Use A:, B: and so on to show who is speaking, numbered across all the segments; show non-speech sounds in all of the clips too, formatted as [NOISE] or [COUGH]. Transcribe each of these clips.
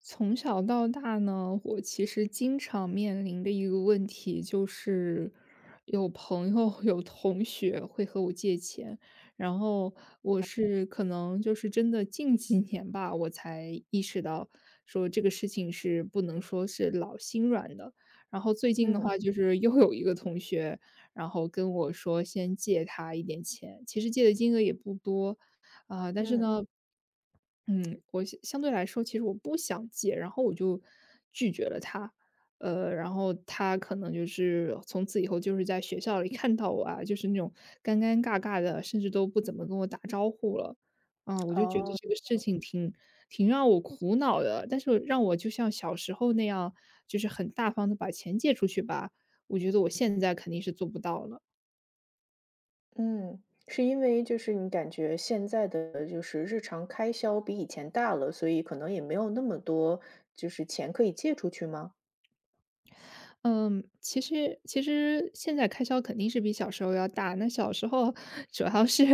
A: 从小到大呢，我其实经常面临的一个问题就是，有朋友、[LAUGHS] 有同学会和我借钱，然后我是可能就是真的近几年吧，我才意识到说这个事情是不能说是老心软的。然后最近的
B: 嗯
A: 话，就是又有一个同学，然后跟我说先借他一点钱，其实借的金额也不多，啊，但是
B: 嗯，
A: 呢，我相对来说，其实我不想借，然后我就拒绝了他。然后他可能就是从此以后就是在学校里看到我啊，就是那种尴尴尬尬的，甚至都不怎么跟我打招呼了。我就觉得
B: 哦，
A: 这个事情挺让我苦恼的，但是让我就像小时候那样，就是很大方的把钱借出去吧，我觉得我现在肯定是做不到了。
B: 嗯，是因为就是你感觉现在的就是日常开销比以前大了，所以可能也没有那么多就是钱可以借出去吗？
A: 其实现在开销肯定是比小时候要大。那小时候 [LAUGHS] 主要是，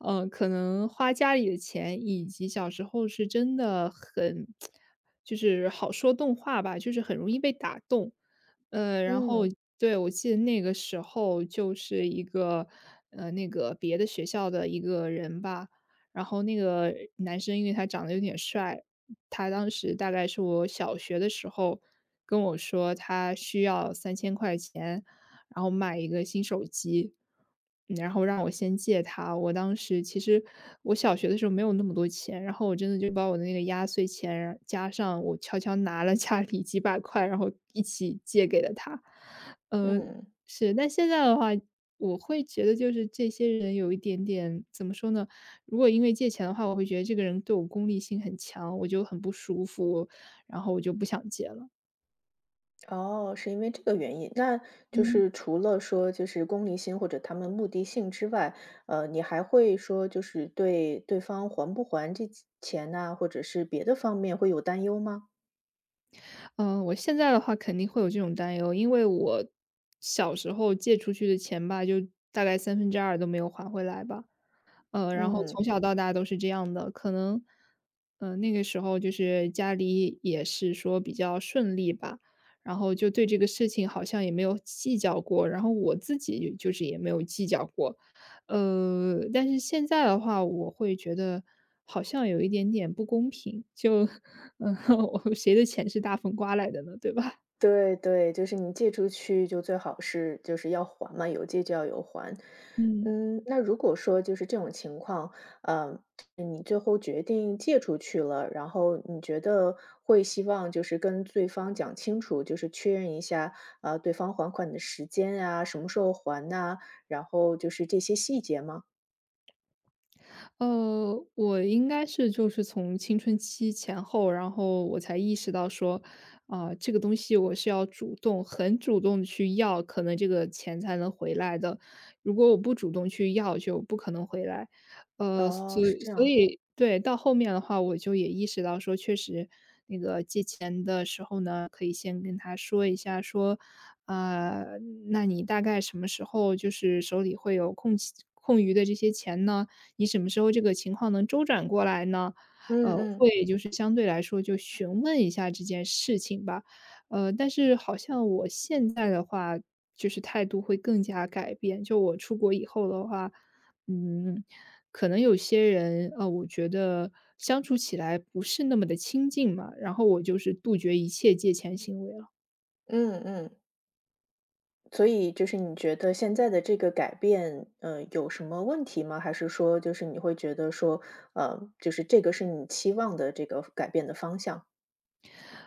A: 可能花家里的钱，以及小时候是真的很就是好说动画吧，就是很容易被打动。然后
B: 嗯
A: 对，我记得那个时候就是一个，那个别的学校的一个人吧，然后那个男生因为他长得有点帅，他当时大概是我小学的时候跟我说他需要3000块钱，然后买一个新手机，然后让我先借他。我当时其实我小学的时候没有那么多钱，然后我真的就把我的那个压岁钱加上我悄悄拿了家里几百块，然后一起借给了他。呃，
B: 嗯，
A: 是，但现在的话，我会觉得就是这些人有一点点，怎么说呢，如果因为借钱的话，我会觉得这个人对我功利性很强，我就很不舒服，然后我就不想借了。
B: 哦，是因为这个原因。那就
A: 嗯。
B: 是除了说就是功利心或者他们目的性之外，你还会说就是对方还不还这钱呐，或者是别的方面会有担忧吗？
A: 嗯，我现在的话肯定会有这种担忧，因为我小时候借出去的钱吧，就大概三分之二都没有还回来吧。然后
B: 嗯。
A: 从小到大都是这样的，可能，那个时候就是家里也是说比较顺利吧，然后就对这个事情好像也没有计较过，然后我自己就是也没有计较过，但是现在的话，我会觉得好像有一点点不公平，就，[LAUGHS] 嗯、呃 [LAUGHS] 我谁的钱是大风刮来的呢，对吧？
B: 对对，就是你借出去就最好是就是要还嘛，有借就要有还。
A: [LAUGHS] 嗯。
B: 嗯，那如果说就是这种情况，呃，你最后决定借出去了，然后你觉得会希望就是跟对方讲清楚，就是确认一下，对方还款的时间啊，什么时候还呐，然后就是这些细节吗？
A: 我应该是就是从青春期前后，然后我才意识到说，这个东西我是要主动、很主动的去要，可能这个钱才能回来的。如果我不主动去要，就不可能回来。呃，
B: 哦，
A: 所
B: 是这
A: 所
B: 样，
A: 以对，到后面的话，我就也意识到说，确实那个借钱的时候呢，可以先跟他说一下，说，啊、那你大概什么时候就是手里会有空期空余的这些钱呢？你什么时候这个情况能周转过来呢？
B: 嗯嗯
A: 会就是相对来说就询问一下这件事情吧。但是好像我现在的话，就是态度会更加改变。就我出国以后的话，嗯，可能有些人，我觉得相处起来不是那么的亲近嘛，然后我就是杜绝一切借钱行为了。
B: 嗯嗯。所以就是你觉得现在的这个改变，有什么问题吗？还是说就是你会觉得说，就是这个是你期望的这个改变的方向？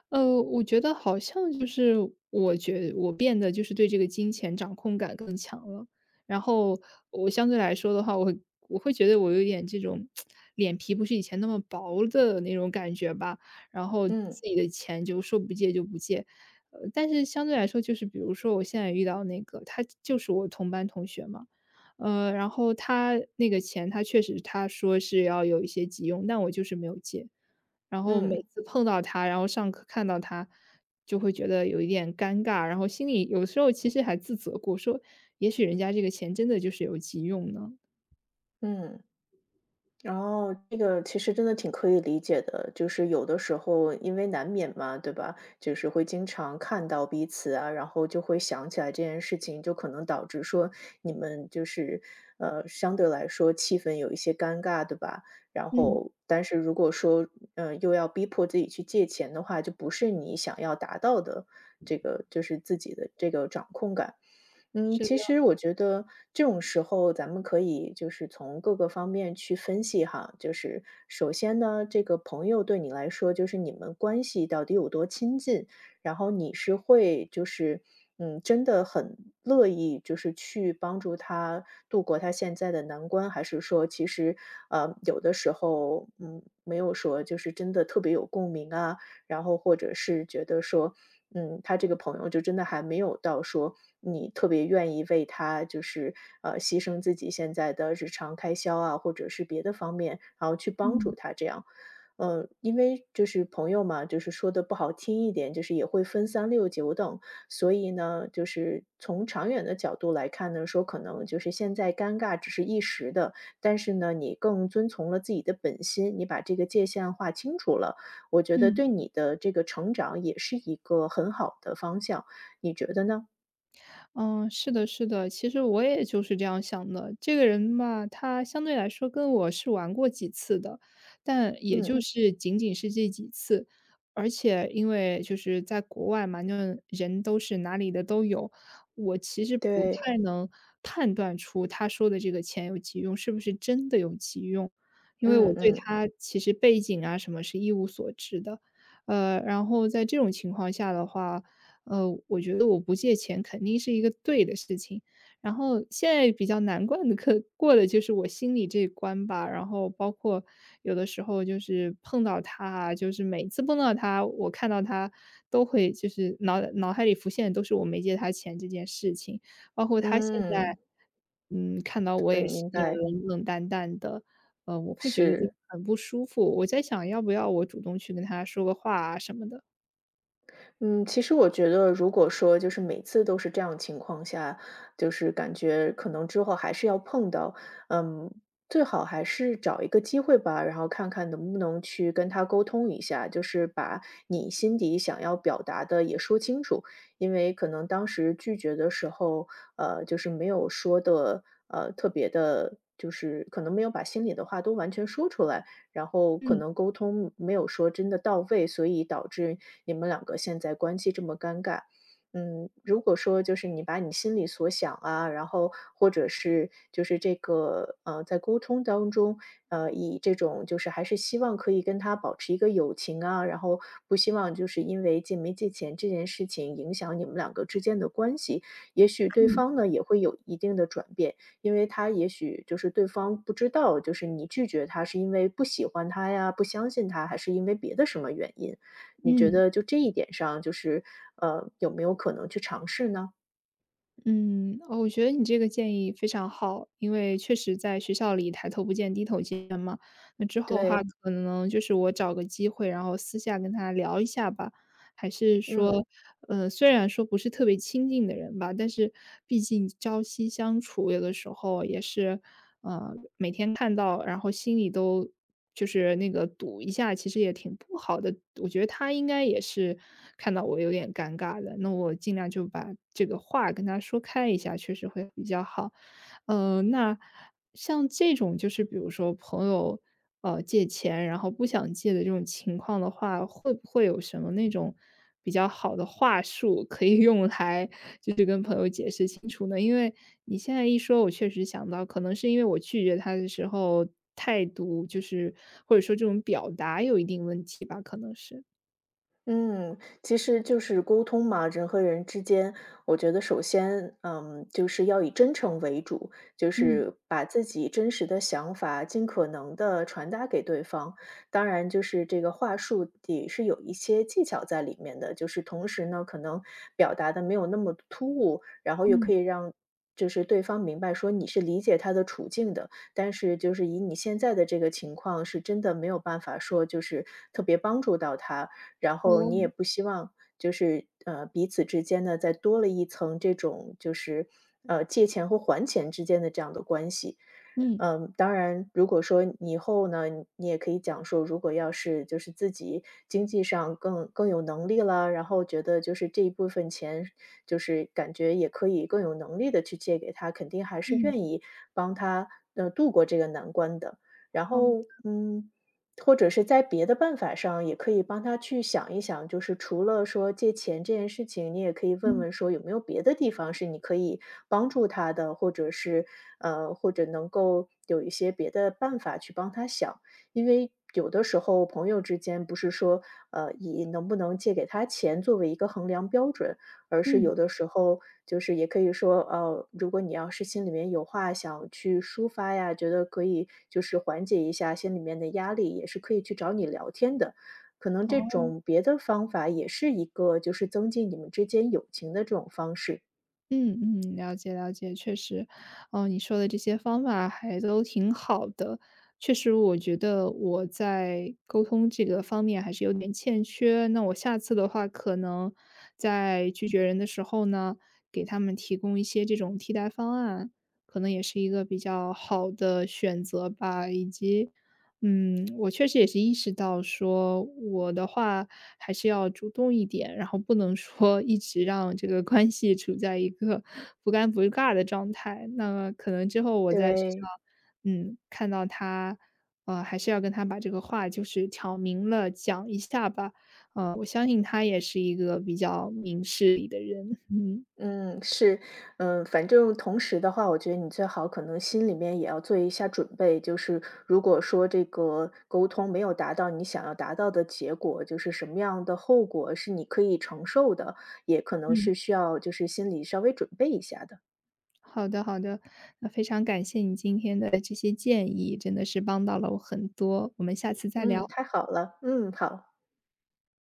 A: 我觉得好像就是我变得就是对这个金钱掌控感更强了，然后我相对来说的话，我会觉得我有点这种脸皮不是以前那么薄的那种感觉吧，然后自
B: 嗯
A: 己的钱就说不借就不借。但是相对来说，就是比如说我现在遇到那个，他就是我同班同学嘛，然后他那个钱，他确实他说是要有一些急用，但我就是没有借。然后每
B: 嗯
A: 次碰到他，然后上课看到他，就会觉得有一点尴尬，然后心里有时候其实还自责过，说也许人家这个钱真的就是有急用呢。
B: 嗯。然后这个其实真的挺可以理解的，就是有的时候因为难免嘛，对吧？就是会经常看到彼此啊，然后就会想起来这件事情，就可能导致说你们就是相对来说气氛有一些尴尬，对吧？然
A: 嗯，
B: 后，但是如果说嗯又要逼迫自己去借钱的话，就不是你想要达到的这个，就是自己的这个掌控感。嗯，
A: 是
B: 其
A: 的。
B: 实我觉得这种时候咱们可以就是从各个方面去分析哈，就是首先呢，这个朋友对你来说，就是你们关系到底有多亲近，然后你是会就是嗯，真的很乐意就是去帮助他度过他现在的难关，还是说其实有的时候嗯没有说就是真的特别有共鸣啊，然后或者是觉得说。嗯，他这个朋友就真的还没有到说你特别愿意为他就是，牺牲自己现在的日常开销啊，或者是别的方面，然后去帮
A: 嗯
B: 助他这样。因为就是朋友嘛，就是说的不好听一点，就是也会分三六九等。所以呢，就是从长远的角度来看呢，说可能就是现在尴尬只是一时的，但是呢，你更遵从了自己的本心，你把这个界限划清楚了，我觉得
A: 嗯。
B: 对你的这个成长也是一个很好的方向，你觉得呢？
A: 嗯，是的，是的，其实我也就是这样想的。这个人吧，他相对来说跟我是玩过几次的，但也
B: 嗯。
A: 就是仅仅是这几次。而且因为就是在国外嘛，那人都是哪里的都有，我其实不
B: 对，
A: 太能判断出他说的这个钱有急用是不是真的有急用，因为
B: 嗯
A: 我对
B: 嗯
A: 他其实背景啊什么是一无所知的。然后在这种情况下的话，我觉得我不借钱肯定是一个对的事情。然后现在比较难关的可过的就是我心里这一关吧，然后包括有的时候就是碰到他啊，就是每次碰到他，我看到他都会就是脑海里浮现的都是我没借他钱这件事情，包括他现在，
B: 嗯，
A: 看到我
B: 我
A: 也是
B: 明
A: 那种
B: 白，
A: 冷冷淡淡的，我会觉得就
B: 是。
A: 很不舒服。我在想要不要我主动去跟他说个话啊什么的。
B: 嗯，其实我觉得如果说就是每次都是这样情况下，就是感觉可能之后还是要碰到，嗯，最好还是找一个机会吧，然后看看能不能去跟他沟通一下，就是把你心底想要表达的也说清楚。因为可能当时拒绝的时候，就是没有说的，特别的，就是可能没有把心里的话都完全说出来。然后可
A: 嗯
B: 能沟通没有说真的到位，所以导致你们两个现在关系这么尴尬。嗯，如果说就是你把你心里所想啊，然后或者是就是这个在沟通当中，以这种就是还是希望可以跟他保持一个友情啊，然后不希望就是因为借没借钱这件事情影响你们两个之间的关系，也许对
A: 嗯
B: 方呢也会有一定的转变。因为他也许就是对方不知道，就是你拒绝他是因为不喜欢他呀，不相信他，还是因为别的什么原因？你觉
A: 嗯。
B: 得就这一点上，就是有没有可能去尝试呢？
A: 我觉得你这个建议非常好，因为确实在学校里抬头不见低头见嘛。那之后的
B: 对，
A: 话，可能就是我找个机会，然后私下跟他聊一下吧。还是
B: 嗯。
A: 说，虽然说不是特别亲近的人吧，但是毕竟朝夕相处，有的时候也是，每天看到，然后心里都就是那个堵一下，其实也挺不好的。我觉得他应该也是看到我有点尴尬的，那我尽量就把这个话跟他说开一下，确实会比较好。那像这种就是比如说朋友，借钱，然后不想借的这种情况的话，会不会有什么那种比较好的话术可以用来就是跟朋友解释清楚呢？因为你现在一说，我确实想到，可能是因为我拒绝他的时候态度就是或者说这种表达有一定问题吧，可能是。
B: 嗯，其实就是沟通嘛，人和人之间，我觉得首先，嗯，就是要以真诚为主，就
A: 嗯，
B: 是把自己真实的想法尽可能的传达给对方。当然，就是这个话术也是有一些技巧在里面的，就是同时呢，可能表达的没有那么突兀，然后又
A: 嗯，
B: 可以让。就是对方明白说你是理解他的处境的，但是就是以你现在的这个情况，是真的没有办法说就是特别帮助到他，然后你也
A: 哦，
B: 不希望就是彼此之间呢再多了一层这种就是借钱和还钱之间的这样的关系。
A: 嗯，
B: 嗯，当然，如果说你以后呢，你也可以讲说，如果要是就是自己经济上更有能力了，然后觉得就是这一部分钱，就是感觉也可以更有能力的去借给他，肯定还是
A: 嗯，
B: 愿意帮他度过这个难关的。然
A: 好，
B: 后，嗯，或者是在别的办法上，也可以帮他去想一想，就是除了说借钱这件事情，你也可以问
A: 嗯，
B: 问说有没有别的地方是你可以帮助他的，或者是或者能够有一些别的办法去帮他想，因为。有的时候，朋友之间不是说，以能不能借给他钱作为一个衡量标准，而是
A: 嗯，
B: 有的时候就是也可以说，如果你要是心里面有话想去抒发呀，觉得可以就是缓解一下心里面的压力，也是可以去找你聊天的。可能这
A: 哦。
B: 种别的方法也是一个就是增进你们之间友情的这种方式。
A: 嗯嗯，了解了解，确实，哦，你说的这些方法还都挺好的。确实，我觉得我在沟通这个方面还是有点欠缺。那我下次的话，可能在拒绝人的时候呢，给他们提供一些这种替代方案，可能也是一个比较好的选择吧。以及我确实也是意识到说，我的话还是要主动一点，然后不能说一直让这个关系处在一个不尴不尬的状态。那可能之后我在学校，
B: 对。
A: 看到他，还是要跟他把这个话就是挑明了讲一下吧。我相信他也是一个比较明事理的人。[LAUGHS] 嗯
B: 嗯，是，嗯，反正同时的话，我觉得你最好可能心里面也要做一下准备，就是如果说这个沟通没有达到你想要达到的结果，就是什么样的后果是你可以承受的，也可能
A: 嗯，
B: 是需要就是心里稍微准备一下的。
A: 好的好的，那非常感谢你今天的这些建议，真的是帮到了我很多。我们下次再聊。
B: 嗯，太好了，嗯，好。